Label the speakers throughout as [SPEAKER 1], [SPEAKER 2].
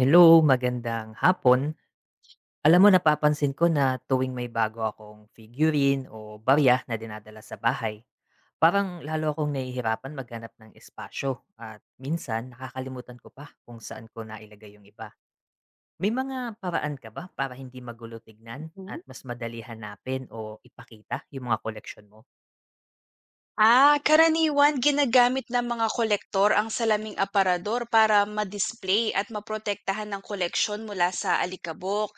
[SPEAKER 1] Hello, magandang hapon. Alam mo napapansin ko na tuwing may bago akong figurine o barya na dinadala sa bahay, parang lalo akong nahihirapan maghanap ng espasyo at minsan nakakalimutan ko pa kung saan ko nailagay yung iba. May mga paraan ka ba para hindi magulo tignan
[SPEAKER 2] Hmm.
[SPEAKER 1] at mas madali hanapin o ipakita yung mga koleksyon mo?
[SPEAKER 2] Karaniwan ginagamit ng mga kolektor ang salaming aparador para ma-display at maprotektahan ng koleksyon mula sa alikabok.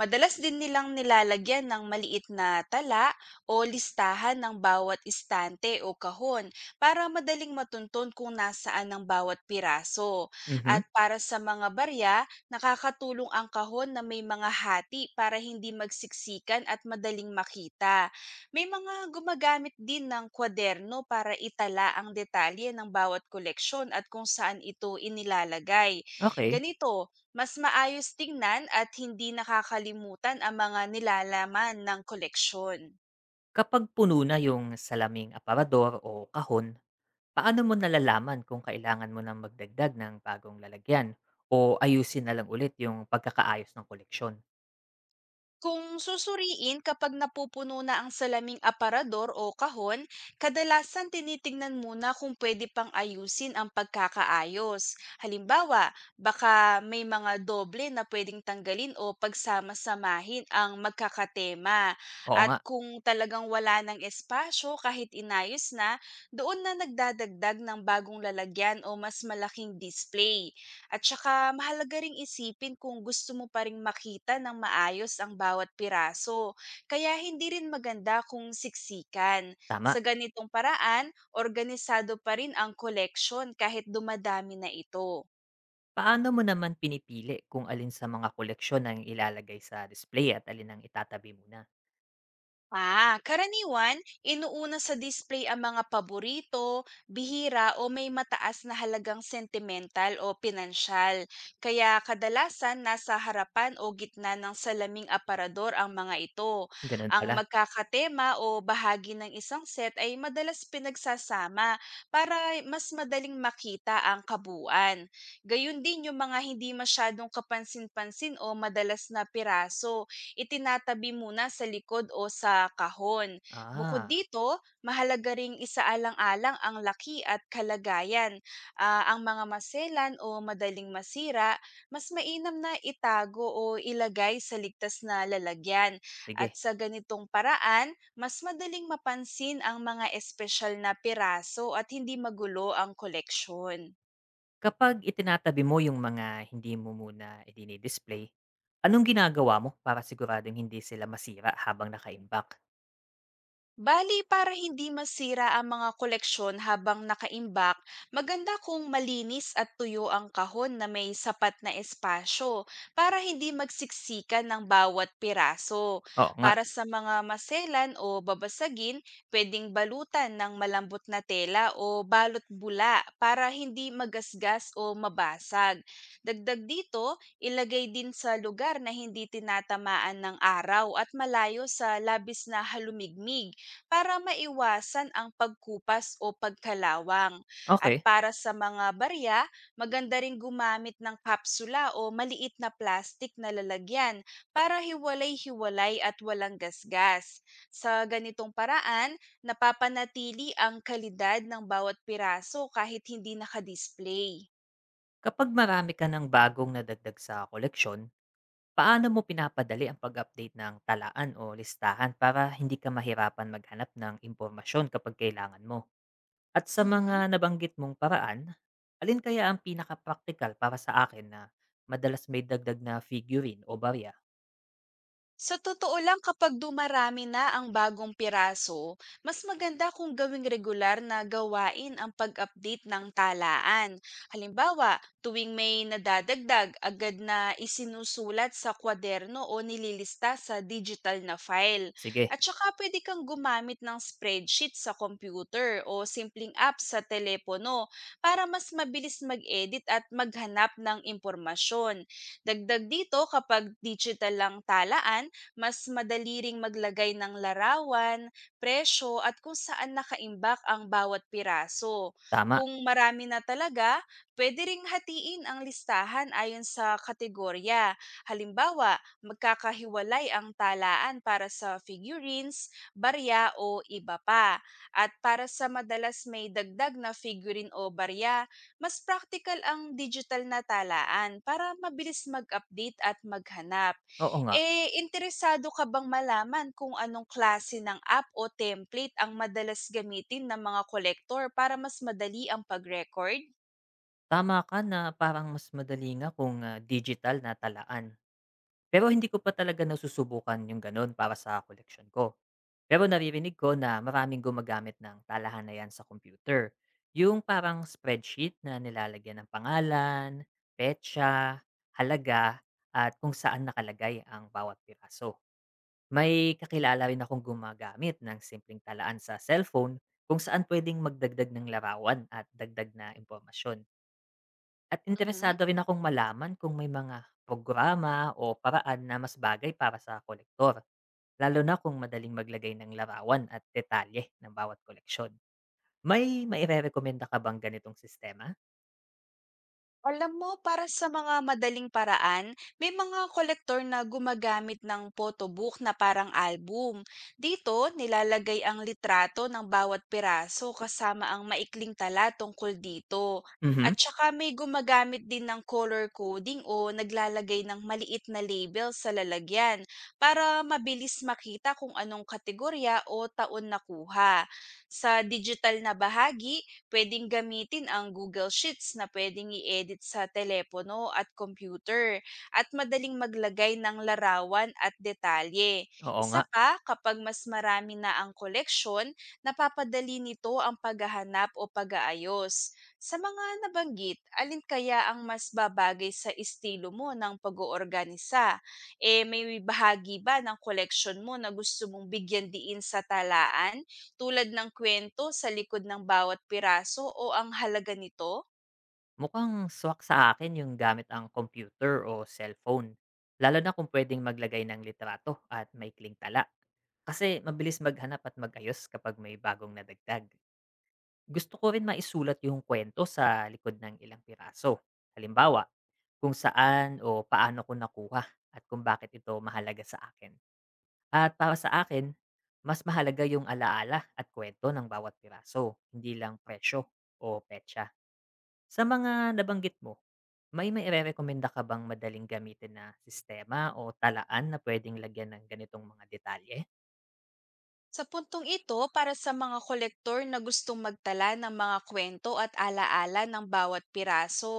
[SPEAKER 2] Madalas din nilang nilalagyan ng maliit na tala o listahan ng bawat istante o kahon para madaling matuntun kung nasaan ang bawat piraso.
[SPEAKER 1] Mhm.
[SPEAKER 2] At para sa mga barya, nakakatulong ang kahon na may mga hati para hindi magsiksikan at madaling makita. May mga gumagamit din ng kwaderno para itala ang detalye ng bawat koleksyon at kung saan ito inilalagay.
[SPEAKER 1] Okay.
[SPEAKER 2] Ganito, mas maayos tingnan at hindi nakakalimutan ang mga nilalaman ng koleksyon.
[SPEAKER 1] Kapag puno na yung salaming aparador o kahon, paano mo nalalaman kung kailangan mo ng magdagdag ng bagong lalagyan o ayusin na lang ulit yung pagkakaayos ng koleksyon?
[SPEAKER 2] Kung susuriin kapag napupuno na ang salaming aparador o kahon, kadalasan tinitingnan muna kung pwede pang ayusin ang pagkakaayos. Halimbawa, baka may mga doble na pwedeng tanggalin o pagsama-samahin ang magkakatema.
[SPEAKER 1] Oo
[SPEAKER 2] At
[SPEAKER 1] nga,
[SPEAKER 2] kung talagang wala ng espasyo kahit inayos na, doon na nagdadagdag ng bagong lalagyan o mas malaking display. At saka mahalaga ring isipin kung gusto mo pa ring makita ng maayos ang bawat piraso, kaya hindi rin maganda kung siksikan.
[SPEAKER 1] tama.
[SPEAKER 2] Sa ganitong paraan, organisado pa rin ang koleksyon kahit dumadami na ito.
[SPEAKER 1] Paano mo naman pinipili kung alin sa mga koleksyon ang ilalagay sa display at alin ang itatabi muna?
[SPEAKER 2] Karaniwan, inuuna sa display ang mga paborito, bihira o may mataas na halagang sentimental o pinansyal. Kaya kadalasan nasa harapan o gitna ng salaming aparador ang mga ito.
[SPEAKER 1] Ganun
[SPEAKER 2] Ang
[SPEAKER 1] pala.
[SPEAKER 2] magkakatema o bahagi ng isang set ay madalas pinagsasama para mas madaling makita ang kabuuan. Gayun din yung mga hindi masyadong kapansin-pansin o madalas na piraso itinatabi muna sa likod o sa kahon. Bukod
[SPEAKER 1] Ah,
[SPEAKER 2] dito, mahalaga ring isaalang-alang ang laki at kalagayan. Ang mga maselan o madaling masira, mas mainam na itago o ilagay sa ligtas na lalagyan. At
[SPEAKER 1] sige.
[SPEAKER 2] sa ganitong paraan, mas madaling mapansin ang mga espesyal na piraso at hindi magulo ang koleksyon.
[SPEAKER 1] Kapag itinatabi mo yung mga hindi mo muna i-display, anong ginagawa mo para siguradong hindi sila masira habang nakaimbak?
[SPEAKER 2] Bali, para hindi masira ang mga koleksyon habang nakaimbak, maganda kung malinis at tuyo ang kahon na may sapat na espasyo para hindi magsiksikan ng bawat piraso.
[SPEAKER 1] Oo nga.
[SPEAKER 2] Para sa mga maselan o babasagin, pwedeng balutan ng malambot na tela o balot bula para hindi magasgas o mabasag. Dagdag dito, ilagay din sa lugar na hindi tinatamaan ng araw at malayo sa labis na halumigmig para maiwasan ang pagkupas o pagkalawang. At
[SPEAKER 1] Okay.
[SPEAKER 2] para sa mga barya, maganda ring gumamit ng kapsula o maliit na plastic na lalagyan para hiwalay-hiwalay at walang gasgas. Sa ganitong paraan, napapanatili ang kalidad ng bawat piraso kahit hindi nakadisplay.
[SPEAKER 1] Kapag marami ka ng bagong nadagdag sa koleksyon, paano mo pinapadali ang pag-update ng talaan o listahan para hindi ka mahirapan maghanap ng impormasyon kapag kailangan mo? At sa
[SPEAKER 2] Mhm.
[SPEAKER 1] mga nabanggit mong paraan, alin kaya ang pinaka-praktikal para sa akin na madalas may dagdag na figurine o barya?
[SPEAKER 2] Sa totoo lang kapag dumarami na ang bagong piraso, mas maganda kung gawing regular na gawain ang pag-update ng talaan. Halimbawa, tuwing may nadadagdag, agad na isinusulat sa kwaderno o nililista sa digital na file.
[SPEAKER 1] Sige,
[SPEAKER 2] At saka pwede kang gumamit ng spreadsheet sa computer o simpleng app sa telepono para mas mabilis mag-edit at maghanap ng impormasyon. Dagdag dito kapag digital lang talaan, mas madali ring maglagay ng larawan, presyo at kung saan nakaimbak ang bawat piraso.
[SPEAKER 1] tama.
[SPEAKER 2] Kung marami na talaga, pwede ring hatiin ang listahan ayon sa kategorya. Halimbawa, magkakahiwalay ang talaan para sa figurines, barya o iba pa. At para sa madalas may dagdag na figurine o barya, mas practical ang digital na talaan para mabilis mag-update at maghanap.
[SPEAKER 1] Oo nga,
[SPEAKER 2] Interesado ka bang malaman kung anong klase ng app o template ang madalas gamitin ng mga kolektor para mas madali ang pag-record?
[SPEAKER 1] tama ka na parang mas madali nga kung digital na talaan. Pero hindi ko pa talaga nasusubukan yung ganun para sa koleksyon ko. Pero naririnig ko na maraming gumagamit ng talahan na yan sa computer. Yung parang spreadsheet na nilalagyan ng pangalan, petsa, halaga, at kung saan nakalagay ang bawat piraso. May kakilala rin akong gumagamit ng simpleng talaan sa cellphone kung saan pwedeng magdagdag ng larawan at dagdag na impormasyon. At
[SPEAKER 2] Mhm.
[SPEAKER 1] interesado rin akong malaman kung may mga programa o paraan na mas bagay para sa kolektor, lalo na kung madaling maglagay ng larawan at detalye ng bawat koleksyon. May mairerekomenda ka bang ganitong sistema?
[SPEAKER 2] Alam mo, para sa mga madaling paraan, may mga kolektor na gumagamit ng photobook na parang album. Dito, nilalagay ang litrato ng bawat piraso kasama ang maikling tala tungkol dito.
[SPEAKER 1] Mhm.
[SPEAKER 2] At saka may gumagamit din ng color coding o naglalagay ng maliit na label sa lalagyan para mabilis makita kung anong kategorya o taon nakuha. Sa digital na bahagi, puwedeng gamitin ang Google Sheets na pwedeng i-edit sa telepono at kompyuter at madaling maglagay ng larawan at detalye.
[SPEAKER 1] Oo nga,
[SPEAKER 2] Isa pa, kapag mas marami na ang koleksyon, napapadali nito ang paghahanap o pag-aayos. Sa mga nabanggit, alin kaya ang mas babagay sa estilo mo ng pag-oorganisa? May bahagi ba ng koleksyon mo na gusto mong bigyan diin sa talaan, tulad ng kwento sa likod ng bawat piraso o ang halaga nito?
[SPEAKER 1] mukhang swak sa akin yung gamit ang computer o cellphone. Lalo na kung pwedeng maglagay ng litrato at maikling tala. Kasi mabilis maghanap at magayos kapag may bagong nadagdag. Gusto ko rin maisulat yung kwento sa likod ng ilang piraso. Halimbawa, kung saan o paano ko nakuha at kung bakit ito mahalaga sa akin. At para sa akin, mas mahalaga yung alaala at kwento ng bawat piraso, hindi lang presyo o petsa. Sa mga nabanggit mo, may mairerekomenda ka bang madaling gamitin na sistema o talaan na pwedeng lagyan ng ganitong mga detalye?
[SPEAKER 2] Sa puntong ito, para sa mga kolektor na gustong magtala ng mga kwento at alaala ng bawat piraso,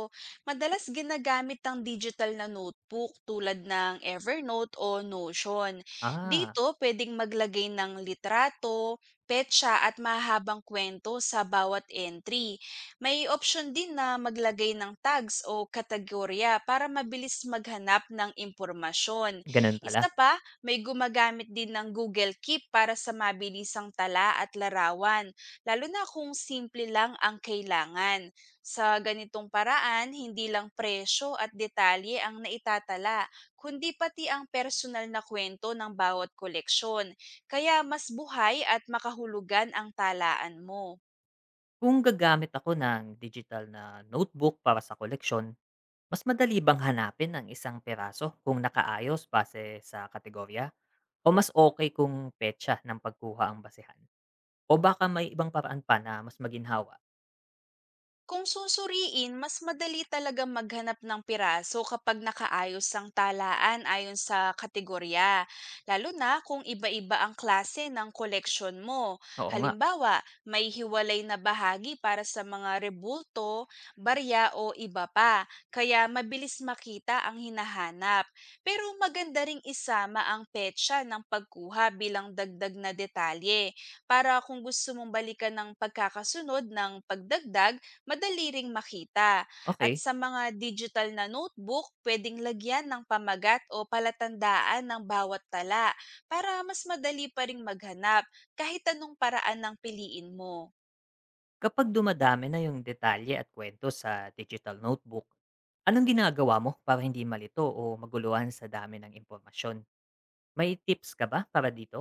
[SPEAKER 2] madalas ginagamit ang digital na notebook tulad ng Evernote o Notion.
[SPEAKER 1] Ah,
[SPEAKER 2] Dito, pwedeng maglagay ng litrato, petsa at mahabang kwento sa bawat entry. May option din na maglagay ng tags o kategorya para mabilis maghanap ng impormasyon.
[SPEAKER 1] ganun pala.
[SPEAKER 2] Isa pa, may gumagamit din ng Google Keep para sa mabilisang tala at larawan, lalo na kung simple lang ang kailangan. Sa ganitong paraan, hindi lang presyo at detalye ang naitatala, kundi pati ang personal na kwento ng bawat koleksyon. Kaya mas buhay at makahulugan ang talaan mo.
[SPEAKER 1] Kung gagamit ako ng digital na notebook para sa koleksyon, mas madali bang hanapin ang isang piraso kung nakaayos base sa kategorya? O mas okay kung petsa ng pagkuha ang basehan? O baka may ibang paraan pa na mas maginhawa?
[SPEAKER 2] Kung susuriin, mas madali talaga maghanap ng piraso kapag nakaayos ang talaan ayon sa kategorya, lalo na kung iba-iba ang klase ng koleksyon mo.
[SPEAKER 1] Oo nga,
[SPEAKER 2] Halimbawa, may hiwalay na bahagi para sa mga rebulto, barya o iba pa, kaya mabilis makita ang hinahanap. Pero maganda ring isama ang petsa ng pagkuha bilang dagdag na detalye para kung gusto mong balikan ng pagkakasunod ng pagdagdag, madali ring makita. At
[SPEAKER 1] okay.
[SPEAKER 2] sa mga digital na notebook, pwedeng lagyan ng pamagat o palatandaan ng bawat tala para mas madali pa ring maghanap kahit anong paraan ng piliin mo.
[SPEAKER 1] Kapag dumadami na yung detalye at kwento sa digital notebook, anong ginagawa mo para hindi malito o maguluhan sa dami ng impormasyon? May tips ka ba para dito?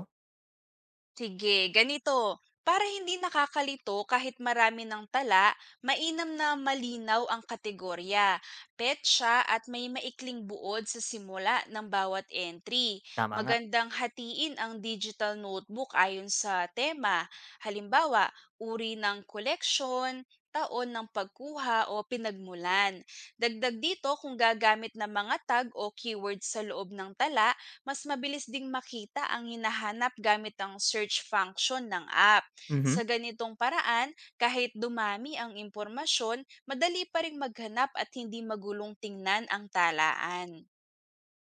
[SPEAKER 2] Sige, ganito. Para hindi nakakalito kahit marami ng tala, mainam na malinaw ang kategorya, petsa at may maikling buod sa simula ng bawat entry.
[SPEAKER 1] Tama nga,
[SPEAKER 2] Magandang hatiin ang digital notebook ayon sa tema. Halimbawa, uri ng koleksyon, taon ng pagkuha o pinagmulan. Dagdag dito kung gagamit ng mga tag o keywords sa loob ng tala, mas mabilis ding makita ang hinahanap gamit ang search function ng app.
[SPEAKER 1] mhm.
[SPEAKER 2] Sa ganitong paraan, kahit dumami ang impormasyon, madali pa ring maghanap at hindi magulong tingnan ang talaan.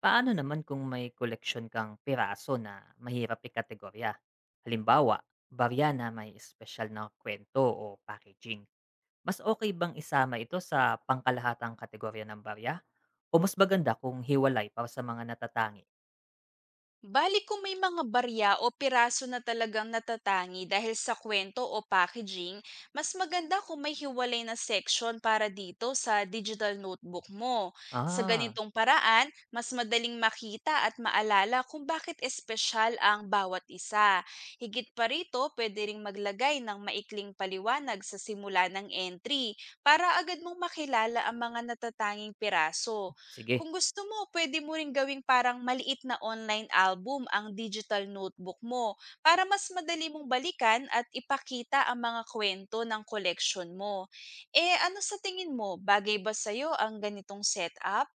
[SPEAKER 1] Paano naman kung may koleksyon kang piraso na mahirap ikategorya? Halimbawa, barya na may espesyal na kwento o packaging. Mas okay bang isama ito sa pangkalahatang kategorya ng barya? O mas maganda kung hiwalay para sa mga natatangi?
[SPEAKER 2] Bali kung may mga barya o piraso na talagang natatangi dahil sa kwento o packaging, mas maganda kung may hiwalay na section para dito sa digital notebook mo. Sa
[SPEAKER 1] Ah,
[SPEAKER 2] ganitong paraan, mas madaling makita at maalala kung bakit espesyal ang bawat isa. Higit pa rito, pwede ring maglagay ng maikling paliwanag sa simula ng entry para agad mong makilala ang mga natatanging piraso.
[SPEAKER 1] sige.
[SPEAKER 2] Kung gusto mo, pwede mo ring gawing parang maliit na online album ang digital notebook mo para mas madali mong balikan at ipakita ang mga kwento ng koleksyon mo. Eh ano sa tingin mo, bagay ba sa'yo ang ganitong setup?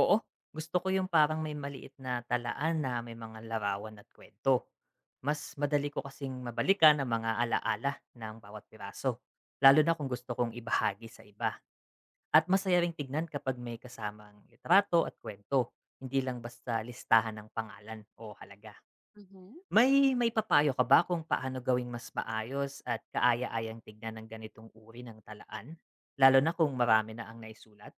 [SPEAKER 1] Oo, gusto ko yung parang may maliit na talaan na may mga larawan at kwento. Mas madali ko kasing mabalikan ang mga alaala ng bawat piraso, lalo na kung gusto kong ibahagi sa iba. At masaya ring tignan kapag may kasamang litrato at kwento, hindi lang basta listahan ng pangalan o halaga.
[SPEAKER 2] Mhm.
[SPEAKER 1] May papayo ka ba kung paano gawing mas maayos at kaaya-ayang tignan ng ganitong uri ng talaan? Lalo na kung marami na ang naisulat?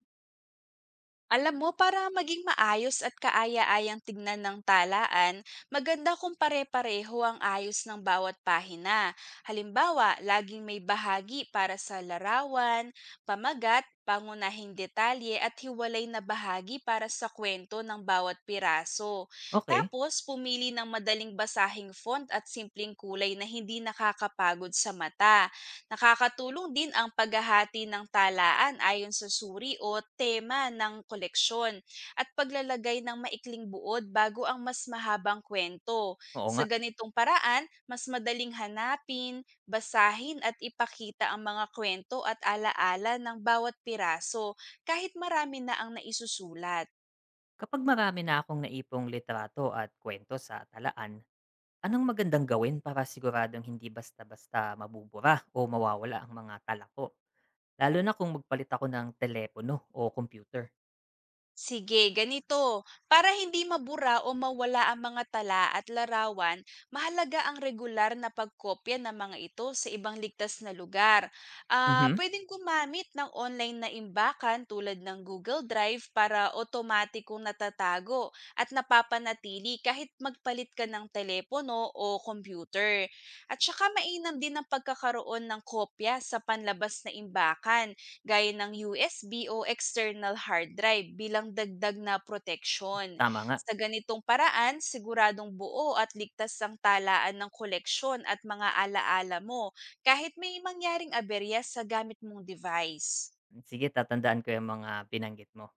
[SPEAKER 2] Alam mo, para maging maayos at kaaya-ayang tignan ng talaan, maganda kung pare-pareho ang ayos ng bawat pahina. Halimbawa, laging may bahagi para sa larawan, pamagat, pangunahing detalye at hiwalay na bahagi para sa kwento ng bawat piraso.
[SPEAKER 1] Okay,
[SPEAKER 2] Tapos, pumili ng madaling basahing font at simpleng kulay na hindi nakakapagod sa mata. Nakakatulong din ang paghahati ng talaan ayon sa suri o tema ng koleksyon at paglalagay ng maikling buod bago ang mas mahabang kwento.
[SPEAKER 1] oo
[SPEAKER 2] Sa
[SPEAKER 1] nga.
[SPEAKER 2] ganitong paraan, mas madaling hanapin, basahin at ipakita ang mga kwento at alaala ng bawat piraso kahit marami na ang naisusulat.
[SPEAKER 1] Kapag marami na akong naipong litrato at kwento sa talaan, anong magandang gawin para siguradong hindi basta-basta mabubura o mawawala ang mga tala ko? Lalo na kung magpalit ako ng telepono o computer.
[SPEAKER 2] Sige, ganito. Para hindi mabura o mawala ang mga tala at larawan, mahalaga ang regular na pagkopya ng mga ito sa ibang ligtas na lugar.
[SPEAKER 1] Mhm.
[SPEAKER 2] Pwedeng gumamit ng online na imbakan tulad ng Google Drive para otomatikong natatago at napapanatili kahit magpalit ka ng telepono o computer. At saka mainam din ang pagkakaroon ng kopya sa panlabas na imbakan gaya ng USB o external hard drive bilang dagdag na proteksyon.
[SPEAKER 1] Tama nga,
[SPEAKER 2] Sa ganitong paraan, siguradong buo at ligtas ang talaan ng koleksyon at mga alaala mo kahit may mangyaring aberya sa gamit mong device.
[SPEAKER 1] sige tatandaan ko yung mga binanggit mo.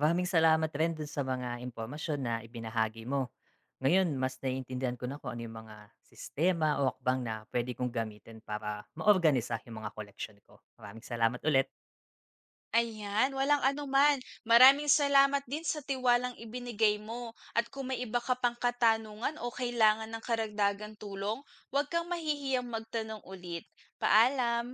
[SPEAKER 1] Maraming salamat rin dun sa mga impormasyon na ibinahagi mo. Ngayon, mas naiintindihan ko na kung ano yung mga sistema o akbang na pwede kong gamitin para maorganisa yung mga collection ko. Maraming salamat ulit.
[SPEAKER 2] Ayan, walang anuman. Maraming salamat din sa tiwalang ibinigay mo. At kung may iba ka pang katanungan o kailangan ng karagdagang tulong, huwag kang mahihiyang magtanong ulit. Paalam!